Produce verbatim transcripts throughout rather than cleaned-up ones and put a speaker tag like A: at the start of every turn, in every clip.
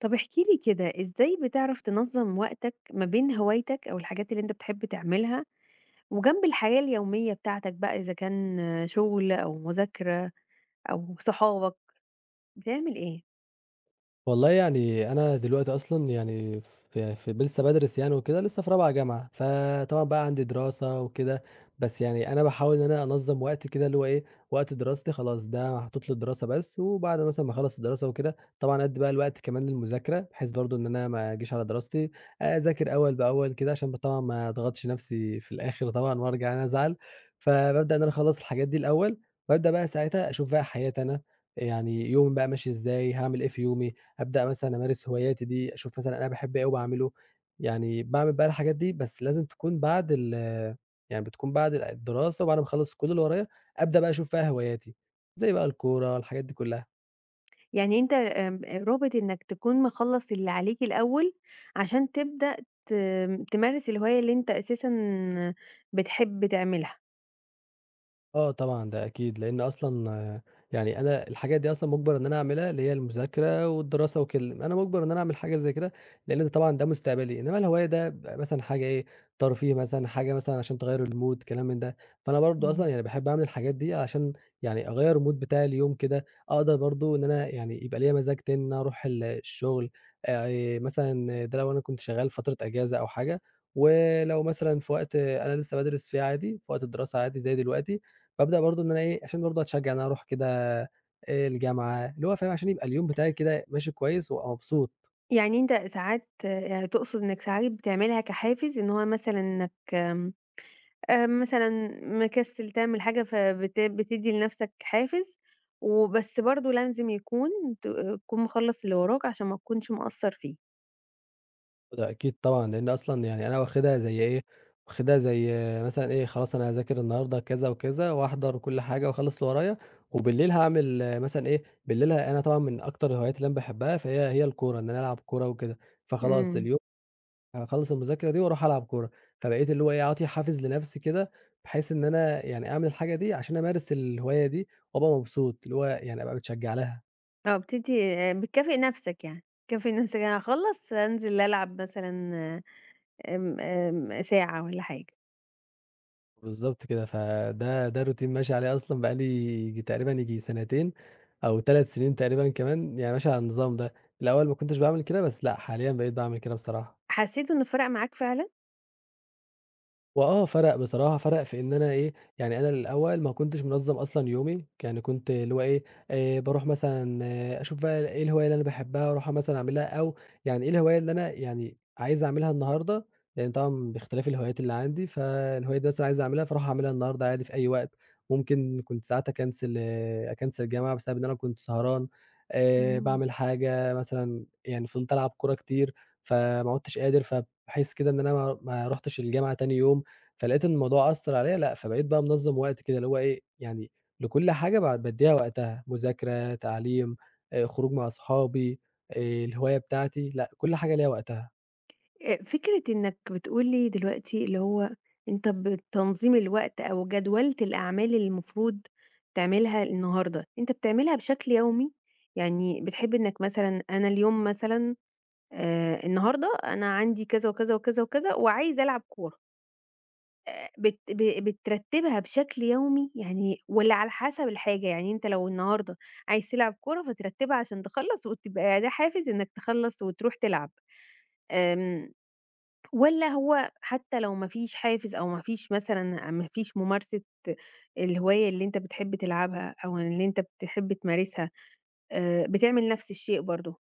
A: طب احكِ لي كده، إزاي بتعرف تنظّم وقتك ما بين هوايتك أو الحاجات اللي أنت بتحب تعملها، وجنب الحياة اليومية بتاعتك بقى إذا كان شغل أو مذاكرة أو صحابك، بتعمل إيه؟
B: والله يعني أنا دلوقتي أصلًا يعني في في ب لسه بادرس يعني وكده، لسه في رابعة جامعة، فطبعًا بقى عندي دراسة وكده، بس يعني أنا باحاول إن أنا أنظّم وقتي كده اللي هو إيه، وقت دراستي خلاص ده محطوط للدراسة بس، وبعد مثلًا ما أخلّص الدراسة وكده، طبعًا أدّي بقى الوقت كمان للمذاكرة، بحيث برضه إن أنا ما أجيش على دراستي، أذاكر أول بأول كده عشان ب طبعًا ما أضغطش نفسي في الآخر طبعًا وأرجع أنا أزعل، فبابدأ إن أنا أخلّص الحاجات دي الأول، وأبدأ بقى ساعتها أشوف بقى حياتي أنا، يعني يومي بقى ماشي إزاي، هاعمل إيه في يومي، أبدأ مثلًا أمارس هواياتي دي، أشوف مثلًا أنا باحب إيه وباعمله، يعني باعمل بقى الحاجات دي بس لازم تكون بعد ال يعني بتكون بعد الدراسة وبعد ما أخلّص كل اللي ورايا، أبدأ بقى أشوف فيها هواياتي، زي بقى الكورة، الحاجات دي كلّها.
A: يعني أنت آمم، رابط إنك تكون مخلّص اللي عليك الأول عشان تبدأ ت تمارس الهواية اللي أنت أساسًا بتحب تعملها.
B: آه طبعًا، ده أكيد، لإن أصلًا آه، يعني أنا الحاجات دي أصلًا مُجبَر إن أنا أعملها، اللي هي المذاكرة والدراسة وكل أنا مُجبَر إن أنا أعمل حاجة زي كده، لإن ده طبعًا ده مستقبلي، إنما الهواية ده بيبقى مثلًا حاجة إيه، ترفيه مثلًا، حاجة مثلًا عشان تغيّر المود، كلام من ده. فأنا برضه
A: إمم.
B: أصلًا يعني باحب أعمل الحاجات دي عشان يعني أغيّر المود بتاع اليوم كده، أقدر برضه إن أنا يعني يبقى ليّا مزاج تاني إن أنا أروح ال الشغل، آآ مثلًا ده لو أنا كنت شغّال فترة أجازة أو حاجة، ولو مثلًا في وقت أنا لسه بادرس فيه عادي، في وقت الدراسة عادي زي دلوقتي، بابدأ برضه إن أنا إيه، عشان برضه أتشجّع إن أنا أروح كده آآ الجامعة، اللي هو فاهم، عشان يبقى اليوم بتاعي كده ماشي كويس وأبقى مبسوط.
A: يعني أنت ساعات يعني تقصد إنك ساعات بتعملها كحافز إن هو مثلًا إنك آآ مثلًا مكسّل تعمل حاجة فبت بتدّي لنَفْسك حافز، وبس برضه لازم يكون ت تكون مخلّص اللي وراك عشان ما تكونش مقصّر فيه.
B: ده أكيد طبعًا، لإن أصلًا يعني أنا واخدها زي إيه، واخدها زي مثلًا إيه، خلاص أنا هاذاكر النهارده كذا وكذا وأحضر كل حاجة وأخلّص اللي ورايا، وبالليل هاعمل مثلًا إيه، بالليل أنا طبعًا من أكتر الهوايات اللي أنا باحبها فهي هي الكورة، إن أنا ألعب كورة وكده، فخلاص
A: إمم.
B: اليوم هاخلّص المذاكرة دي وأروح ألعب كورة، فبقيت اللي هو إيه، أعطي حافز لنفسي كده، بحيث إن أنا يعني أعمل الحاجة دي عشان أمارس الهواية دي وأبقى مبسوط، اللي هو يعني أبقى متشجّع لها.
A: آه، بتدّي آه، بتكافئ نَفْسك يعني، تكافئ نَفْسك أنا هاخلّص أنزل ألعب مثلًا آمم، آمم، ساعة والّا حاجة.
B: بالضبط كده، فده ده روتين ماشي عليه أصلًا بقى لي ييجي تقريبًا ييجي سنتين أو تلات سنين تقريبًا كمان، يعني ماشي على النظام ده. الأول ما كنتش باعمل كده، بس لأ، حاليًا بقيت باعمل كده بصراحة.
A: حسّيت إنه فرَق معاك فعلًا؟
B: وآه فرَق بصراحة، فرَق في إن أنا إيه، يعني أنا الأول ما كنتش منظّم أصلًا يومي، يعني كنت اللي هو إيه، آآ باروح مثلًا آه، أشوف بقى إيه الهواية اللي أنا باحبها وأروح مثلًا أعملها، أو يعني إيه الهواية اللي أنا يعني عايز أعملها النهارده، لإن طبعًا باختلاف الهوايات اللي عندي، فالهواية دي مثلًا عايز أعملها، فاروح أعملها النهارده عادي في أي وقت، ممكن كنت ساعات أكنسل آه، أكنسل الجامعة بسبب إن أنا كنت سهران، آآ
A: إمم.
B: باعمل حاجة مثلًا يعني فضلت ألعب كورة كتير، فما عُدتش قادر، فباحس كده إن أنا ما ما رُحتش الجامعة تاني يوم. فلقيت إن الموضوع أثّر عليَّ لأ، فبقيت بقى منظّم وقت كده، اللي هو إيه، يعني لكل حاجة ب بادّيها وقتها، مذاكرة، تعليم، آآ، خروج مع أصحابي، آآ، الهواية بتاعتي، لأ، كل حاجة ليها وقتها.
A: آآ فكرة إنك بتقول لي دلوقتي اللي هو أنت بتنظيم الوقت أو جدولت الأعمال اللي المفروض تعملها النهارده، أنت بتعملها بشكل يومي؟ يعني بتحب إنك مثلًا أنا اليوم مثلًا آآ النهارده أنا عندي كذا، وكذا، وكذا، وكذا، وعايزة ألعب كورة، آآ بت ب بترتبها بشكل يومي يعني والّا على حسب الحاجة؟ يعني أنت لو النهارده عايز تلعب كورة فترتبها عشان تخلّص وتبقى ده حافز إنك تخلّص وتروح تلعب. آمم والّا هو حتى لو ما فيش حافز أو ما فيش مثلًا ما فيش ممارسة الهواية اللي أنت بتحب تلعبها أو اللي أنت بتحب تمارسها، آآ بتعمل نفس الشيء برضه،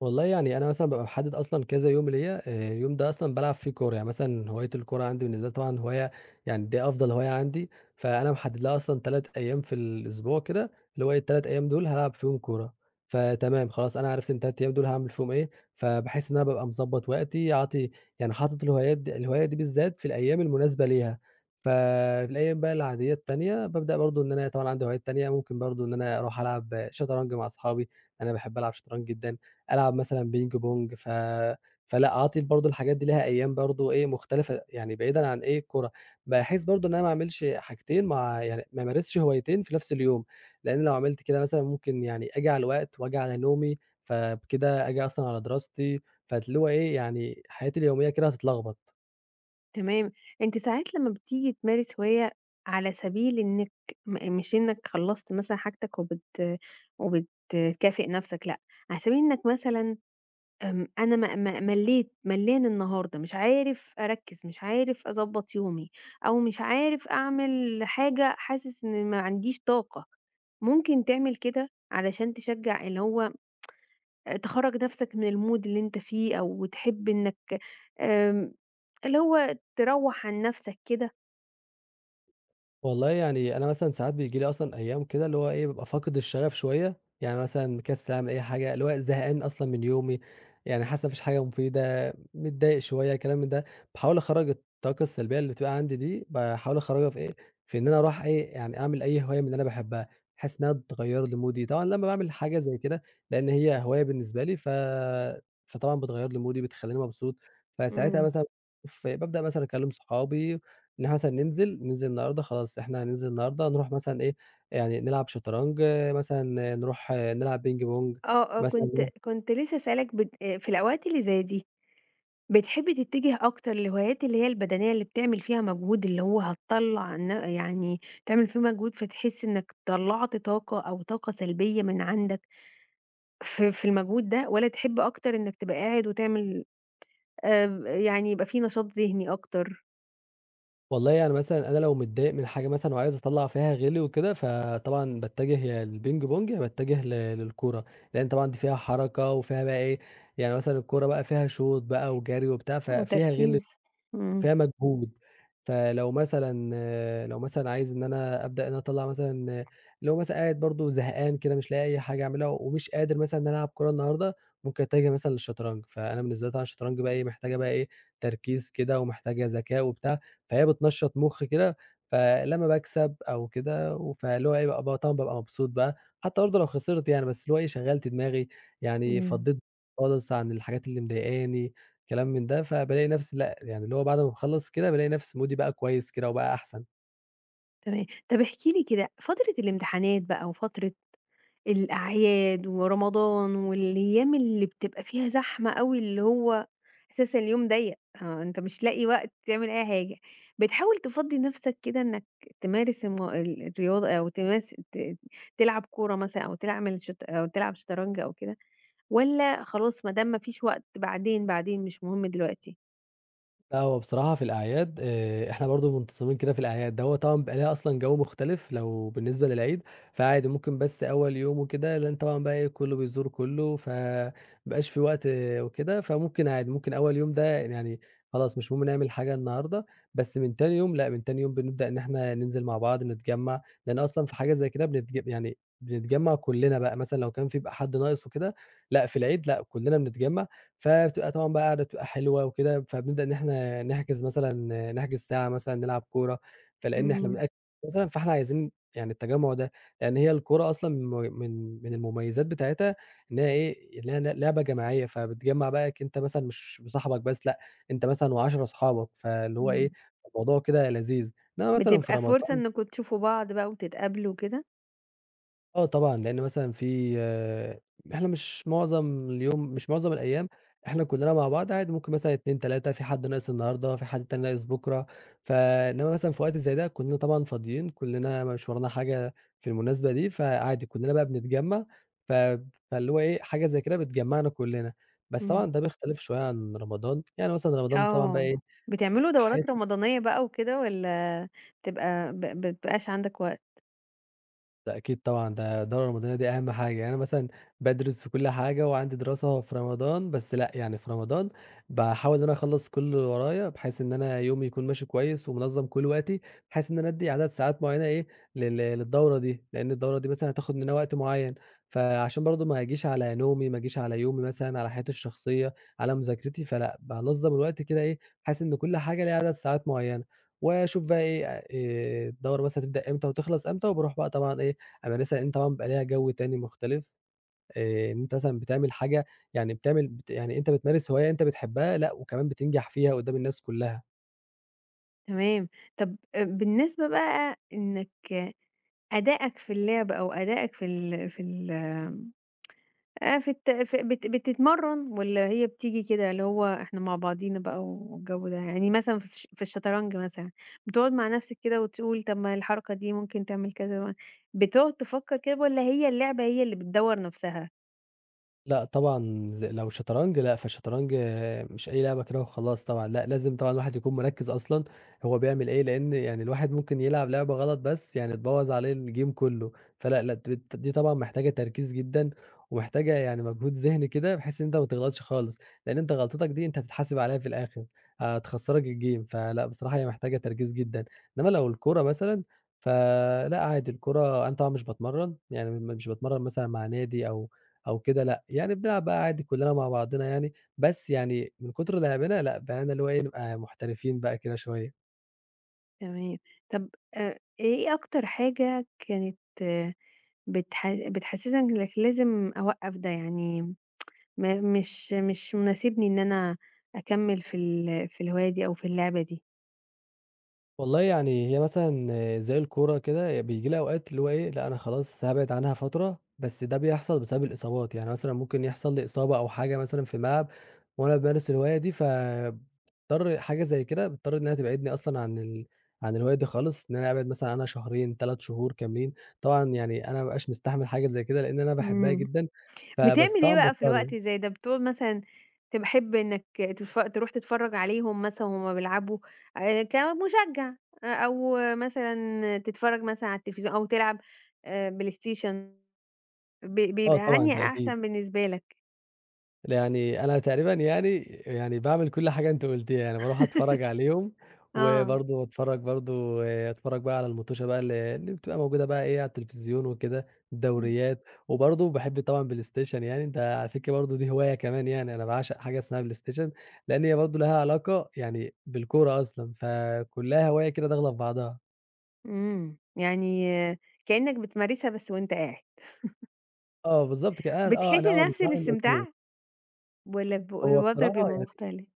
B: والله يعني أنا مثلًا بابقى محدد أصلًا كذا يوم ليّا، آآ اليوم ده أصلًا بالعب فيه كورة، يعني مثلًا هواية الكورة عندي بالنسبة لي طبعًا هواية يعني دي أفضل هواية عندي، فأنا محدد لها أصلًا تلاتة أيام في الأسبوع كده، اللي هو إيه التلات أيام دول هالعب فيهم كورة، فتمام خلاص أنا عرفت إن التلات أيام دول هاعمل فيهم إيه، فباحس إن أنا بابقى مضبط وقتي عاطي يعني حاطط الهوايات دي الهواية دي بالذات في الأيام المناسبة ليها، ففي الأيام بقى العادية التانية بابدأ برضه إن أنا طبعًا عندي هوايات تانية، ممكن برضه إن أنا أروح ألعب شطرنج مع أصحابي، أنا باحب ألعب شطرنج جدًا. ألعب مثلًا بينج بونج، ف فلأ أعطي برضه الحاجات دي ليها أيام برضه إيه مختلفة، يعني بعيدًا عن إيه الكورة، باحس برضه إن أنا ما أعملش حاجتين مع يعني ما أمارسش هوايتين في نفس اليوم، لإن لو عملت كده مثلًا ممكن يعني آجي على الوقت وآجي على نومي، فبكده آجي أصلًا على دراستي، فاللي هو إيه يعني حياتي اليومية كده هتتلخبط.
A: تمام؟ أنت ساعات لمّا بتيجي تمارس هواية على سبيل إنِّك م مش إنّك خلّصت مثلًا حاجتك وبت وبتكافئ نفسك لأ، على سبيل إنّك مثلًا آمم، أنا م م ملّيت، ملّان النهارده، مش عارف أركّز، مش عارف أضبّط يومي، أو مش عارف أعمل حاجة حاسس إن ما عنديش طاقة، ممكن تعمل كده علشان تشجّع اللي هو آآ، تخرّج نَفْسك من الmood اللي أنت فيه أو تحب إنّك آمم، اللي هو تروّح عن نَفْسك كده.
B: والله يعني أنا مثلًا ساعات بييجي لي أصلًا أيام كده اللي هو إيه، بابقى فاقد الشغف شوية، يعني مثلًا مكسل أعمل أي حاجة، اللي هو زهقان أصلًا من يومي، يعني حاسس ما فيش حاجة مفيدة، متضايق شوية كلام من ده، باحاول أخرّج الطاقة السلبية اللي بتبقى عندي دي، باحاول أخرّجها في إيه، في إن أنا أروح إيه، يعني أعمل أي هواية من اللي أنا باحبها، بحيث إنها تغيّر لي مودي، طبعًا لمّا باعمل حاجة زي كده، لإن هي هواية بالنسبة لي ف فطبعًا بتغيّر لي مودي، بتخلّيني مبسوط، فساعتها
A: إمم.
B: مثلًا ف بابدأ مثلًا أكلم صحابي إن إحنا مثلًا ننزل، ننزل النهارده خلاص إحنا هننزل النهارده نروح مثلًا إيه، يعني نلعب شطرنج، آه، مثلًا نروح آه، نلعب بينج بونج،
A: آه، آه،
B: مثلًا
A: كنت
B: نروح
A: كنت لسه هاسألك بت في الأوقات اللي زي دي بتحبي تتجه أكتر للهوايات اللي هي البدنية، اللي بتعمل فيها مجهود، اللي هو هتطلّع ن يعني تعمل فيه مجهود فتحس إنك طلّعت طاقة أو طاقة سلبية من عندك في في المجهود ده، والّا تحب أكتر إنك تبقى قاعد وتعمل آآ، يعني يبقى في نشاط ذهني أكتر
B: والله يعني مثلًا أنا لو متضايق من حاجة مثلًا وعايز أطلّع فيها غِلي وكده، فطبعًا باتجه يا للبينج بونج يا باتجه ل للكورة، لإن طبعًا دي فيها حركة وفيها بقى إيه، يعني مثلًا الكورة بقى فيها شوط بقى وجري وبتاع، ففيها غِل
A: وتركيز؟ إمم،
B: فيها مجهود، فلو مثلًا آه، لو مثلًا عايز إن أنا أبدأ إن أنا أطلّع مثلًا آه، لو مثلًا قاعد برضه زهقان كده مش لاقي أي حاجة أعملها ومش قادر مثلًا إن أنا ألعب كورة النهارده، ممكن أتجه مثلًا للشطرنج، فأنا بالنسبة لي طبعًا الشطرنج بقى إيه، محتاجة بقى إيه، تركيز كده ومحتاجة ذكاء وبتاع، فهي بتنشّط مُخ كده، فلمّا باكسب أو كده و فاللي هو إيه بقى ب طبعًا بابقى مبسوط بقى، حتى برضه لو خسرت يعني، بس اللي هو إيه شغّلت دماغي، يعني
A: إمم،
B: فضّيت خالص عن الحاجات اللي مضايقاني. كلام من ده، فبالاقي نفسي لأ، يعني اللي هو بعد ما باخلّص كده بالاقي نفسي مودي بقى كويس كده وبقى أحسن.
A: تمام. طب احكِ لي كده فترة الامتحانات بقى وفترة الأعياد ورمضان والأيام اللي بتبقى فيها زحمة أوي، اللي هو أساسًا اليوم ضيّق، آه، أنت مش لاقي وقت تعمل أي حاجة، بتحاول تفضّي نَفْسك كده إنّك تمارس الم ال الرياضة أو تماس ت تلعب كورة مثلًا أو تعمل شط أو تلعب شطرنج أو كده والّا خلاص ما دام ما فيش وقت بعدين، بعدين مش مهم دلوقتي؟
B: لأ، هو بصراحة في الأعياد آآ، إحنا برضه منتظمين كده في الأعياد، ده هو طبعًا بيبقى ليها أصلًا جو مختلف لو بالنسبة للعيد، فعادي ممكن بس أول يوم وكده لإن طبعًا بقى إيه كله بيزور كله، ف ما بيبقاش في وقت آه، وكده، فممكن عادي ممكن أول يوم ده يعني خلاص مش مهم نعمل حاجة النهارده، بس من تاني يوم لأ، من تاني يوم بنبدأ إن إحنا ننزل مع بعض نتجمّع، لإن أصلًا في حاجة زي كده بنتج يعني بنتجمّع كلنا بقى مثلًا لو كان في بقى حد ناقص وكده، لأ، في العيد لأ، كلنا بنتجمّع فبتبقى طبعًا بقى قاعدة بتبقى حلوة وكده، فبنبدأ إن إحنا نحجز مثلًا نحجز ساعة مثلًا نلعب كورة، فلإن إحنا
A: إمم،
B: بنأجل مثلًا فإحنا عايزين يعني التجمُّع ده، لإن هي الكورة أصلًا من مم من من المميزات بتاعتها إن هي إيه، إن هي ل لعبة جماعية، فبتجمّع بقى ك أنت مثلًا مش بصاحبك بس لأ، أنت مثلًا وعشرة أصحابك، فاللي هو
A: إمم.
B: إيه، الموضوع كده لذيذ. إنّما مثلًا في
A: بتبقى فرصة
B: رمضان
A: إنّكم تشوفوا بعض بقى وتتقابلوا وكده؟
B: آه طبعًا، لإن مثلًا في آه، إحنا مش معظم اليوم مش معظم الأيام إحنا كُلّنا مع بعض عادي، ممكن مثلًا اتنين، تلاتة في حد ناقص النهارده، في حد تاني ناقص بُكرة، فإنّما مثلًا في وقت زي ده كُلّنا طبعًا فاضيين، كُلّنا مش ورانا حاجة في المناسبة دي، فعادي كُلّنا بقى بنتجمّع، ف فاللي هو إيه، حاجة زي كده بتجمّعنا كُلّنا، بس طبعًا
A: إمم.
B: ده بيختلف شوية عن رمضان، يعني مثلًا رمضان طبعًا بقى
A: آه،
B: إيه،
A: بتعملوا
B: حياة
A: دورات رمضانية بقى وكده والّا بتبقى ب ب بيبقاش عندك وقت؟
B: لأ أكيد طبعًا، ده الدورة الرمضانية دي أهم حاجة، يعني أنا مثلًا بادرس وكل حاجة وعندي دراسة في رمضان، بس لأ يعني في رمضان باحاول إن أنا أخلّص كل اللي ورايا، بحيث إن أنا يومي يكون ماشي كويس ومنظّم كل وقتي، بحيث إن أنا أدّي عدد ساعات معيّنة إيه لل للدورة دي، لإن الدورة دي مثلًا هتاخد مننا وقت معيّن، فعشان برضه ما أجيش على نومي، ما أجيش على يومي مثلًا، على حياتي الشخصية، على مذاكرتي، فلأ بانظّم الوقت كده إيه، بحيث إن كل حاجة ليها عدد ساعات معيّنة، وأشوف بقى إيه آآ الدورة مثلًا هتبدأ إمتى وتخلص إمتى، وباروح بقى طبعًا إيه المدرسة لإن طبعًا بيبقى ليها جو تاني مختلف، آآ، إن أنت مثلًا بتعمل حاجة يعني بتعمل بت يعني أنت بتمارس هواية أنت بتحبها لأ، وكمان بتنجح فيها قدّام الناس كلّها.
A: تمام، طب آآ، بالنسبة بقى إنك أدائك في اللعب أو أدائك في ال في ال آآ، في الت في بت بتتمرن والّا هي بتيجي كده اللي هو إحنا مع بعضينا بقى والجو ده؟ يعني مثلًا في الش في الشطرنج مثلًا، بتقعد مع نفسك كده وتقول طب ما الحركة دي ممكن تعمل كذا، بتقعد تفكر كده والّا هي اللعبة هي اللي بتدوّر نفسها؟
B: لأ طبعًا ز لو شطرنج لأ، فالشطرنج آه، مش أي لعبة كده وخلاص طبعًا، لأ لازم طبعًا الواحد يكون مركّز أصلًا هو بيعمل إيه، لإن يعني الواحد ممكن يلعب لعبة غلط بس يعني تبوّظ عليه الgame كُلّه، فلأ، لأ د ت دي طبعًا محتاجة تركيز جدًا، ومحتاجة يعني مجهود ذهني كده بحيث إن أنت ما تغلطش خالص، لإن أنت غلطتك دي أنت هتتحاسب عليها في الآخر، هتخسّرك الgame فلأ بصراحة هي محتاجة تركيز جدًا، إنّما لو الكورة مثلًا فلأ عادي الكورة أنا طبعًا مش باتمرّن، يعني م مش باتمرّن مثلًا مع نادي أو أو كده لأ، يعني بنلعب بقى عادي كلّنا مع بعضنا يعني، بس يعني من كتر لعبنا لأ، بقينا اللي هو إيه، نبقى محترفين بقى كده شوية.
A: تمام. طب آآ إيه أكتر حاجة كانت آه، بتح بتحسسك إنك لازم أوقّف ده، يعني ما مش مش مناسبني إن أنا أكمّل في ال في الهواية دي أو في اللعبة دي؟
B: والله يعني هي مثلًا زي الكورة كده بييجي لي أوقات اللي هو إيه، لأ أنا خلاص هابعد عنها فترة، بس ده بيحصل بسبب الإصابات، يعني مثلًا ممكن يحصل لي إصابة أو حاجة مثلًا في الملعب وأنا بامارس الهواية دي ف بتضطر حاجة زي كده بتضطر إنها تبعدني أصلًا عن ال عن الهواية دي خالص، إن أنا أبعد مثلًا عنها شهرين، تلاتة شهور كاملين، طبعًا يعني أنا ما بابقاش مستحمل حاجة زي كده لإن أنا باحبها
A: إمم.
B: جدًا، فبس
A: بتعمل إيه
B: طبعًا
A: بقى في
B: باضطر.
A: الوقت زي ده؟ بتقعد مثلًا تحب إنك تتف تروح تتفرّج عليهم مثلًا وهُم بيلعبوا آآ كمشجّع أ أو مثلًا تتفرّج مثلًا على التلفزيون أو تلعب آآ بلاي ستيشن، ب
B: آه
A: بيبقى
B: طبعًا،
A: أنهي
B: ده أكيد.
A: أحسن بالنسبة لك؟
B: يعني أنا تقريبًا يعني يعني باعمل كل حاجة أنتِ قُلتيها، يعني باروح أتفرّج عليهم،
A: آه.
B: وبرضه باتفرّج برضه أتفرّج بقى على المُطوشة بقى ال اللي بتبقى موجودة بقى إيه على التلفزيون وكده،
A: إمم.
B: الدوريات، وبرضه باحب طبعًا PlayStation يعني ده على فكرة برضه دي هواية كمان يعني، أنا باعشق حاجة اسمها PlayStation لإن هي برضه لها علاقة يعني بالكورة أصلًا، فكُلّها هواية كده داخلة في بعضها.
A: إمم. يعني كإنّك بتمارسها بس وأنت قاعد.
B: آه بالضبط كده، أنا آه،
A: بتحسّي
B: أنا آه مش
A: نَفْس
B: باعمل مجهود،
A: الاستمتاع والّا ب
B: هو
A: الوضع
B: بصراحة
A: بيبقى
B: يعني
A: مختلف؟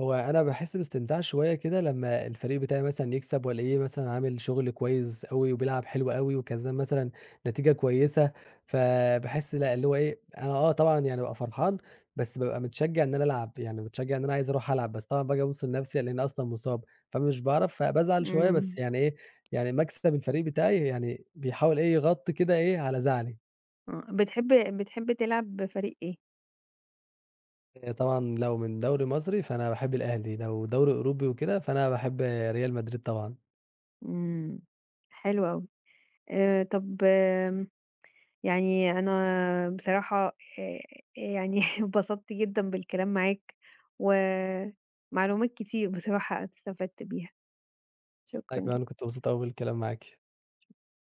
B: هو أنا باحس باستمتاع شوية كده لمّا الفريق بتاعي مثلًا يكسب وألاقيه مثلًا عامل شغل كويس أوي وبيلعب حلو أوي وكسبان مثلًا نتيجة كويسة، فباحس لأ، اللي هو إيه، أنا آه طبعًا يعني بابقى فرحان، بس بابقى متشجّع إن أنا ألعب، يعني متشجّع إن أنا عايز أروح ألعب، بس طبعًا باجي أبُص لنفسي ألاقيني أصلًا مُصاب، فمش باعرف فبازعل شوية،
A: إمم.
B: بس يعني إيه، يعني مكسب الفريق بتاعي يعني بيحاول إيه، يغطّي كده إيه، على زعلي.
A: آه. بتحب بتحب تلعب بفريق إيه؟
B: آآ طبعًا لو من دوري مصري فأنا باحب الأهلي، لو دوري أوروبي وكده فأنا باحب ريال مدريد طبعًا.
A: إمم. حلو أوي. آآ طب آمم يعني أنا بصراحة آآ يعني اتبسطت جدًا بالكلام معاك، ومعلومات كتير بصراحة استفدت بيها.
B: أنا
A: شكرًا
B: كمان كنت مبسوط أوي بالكلام معاكِ.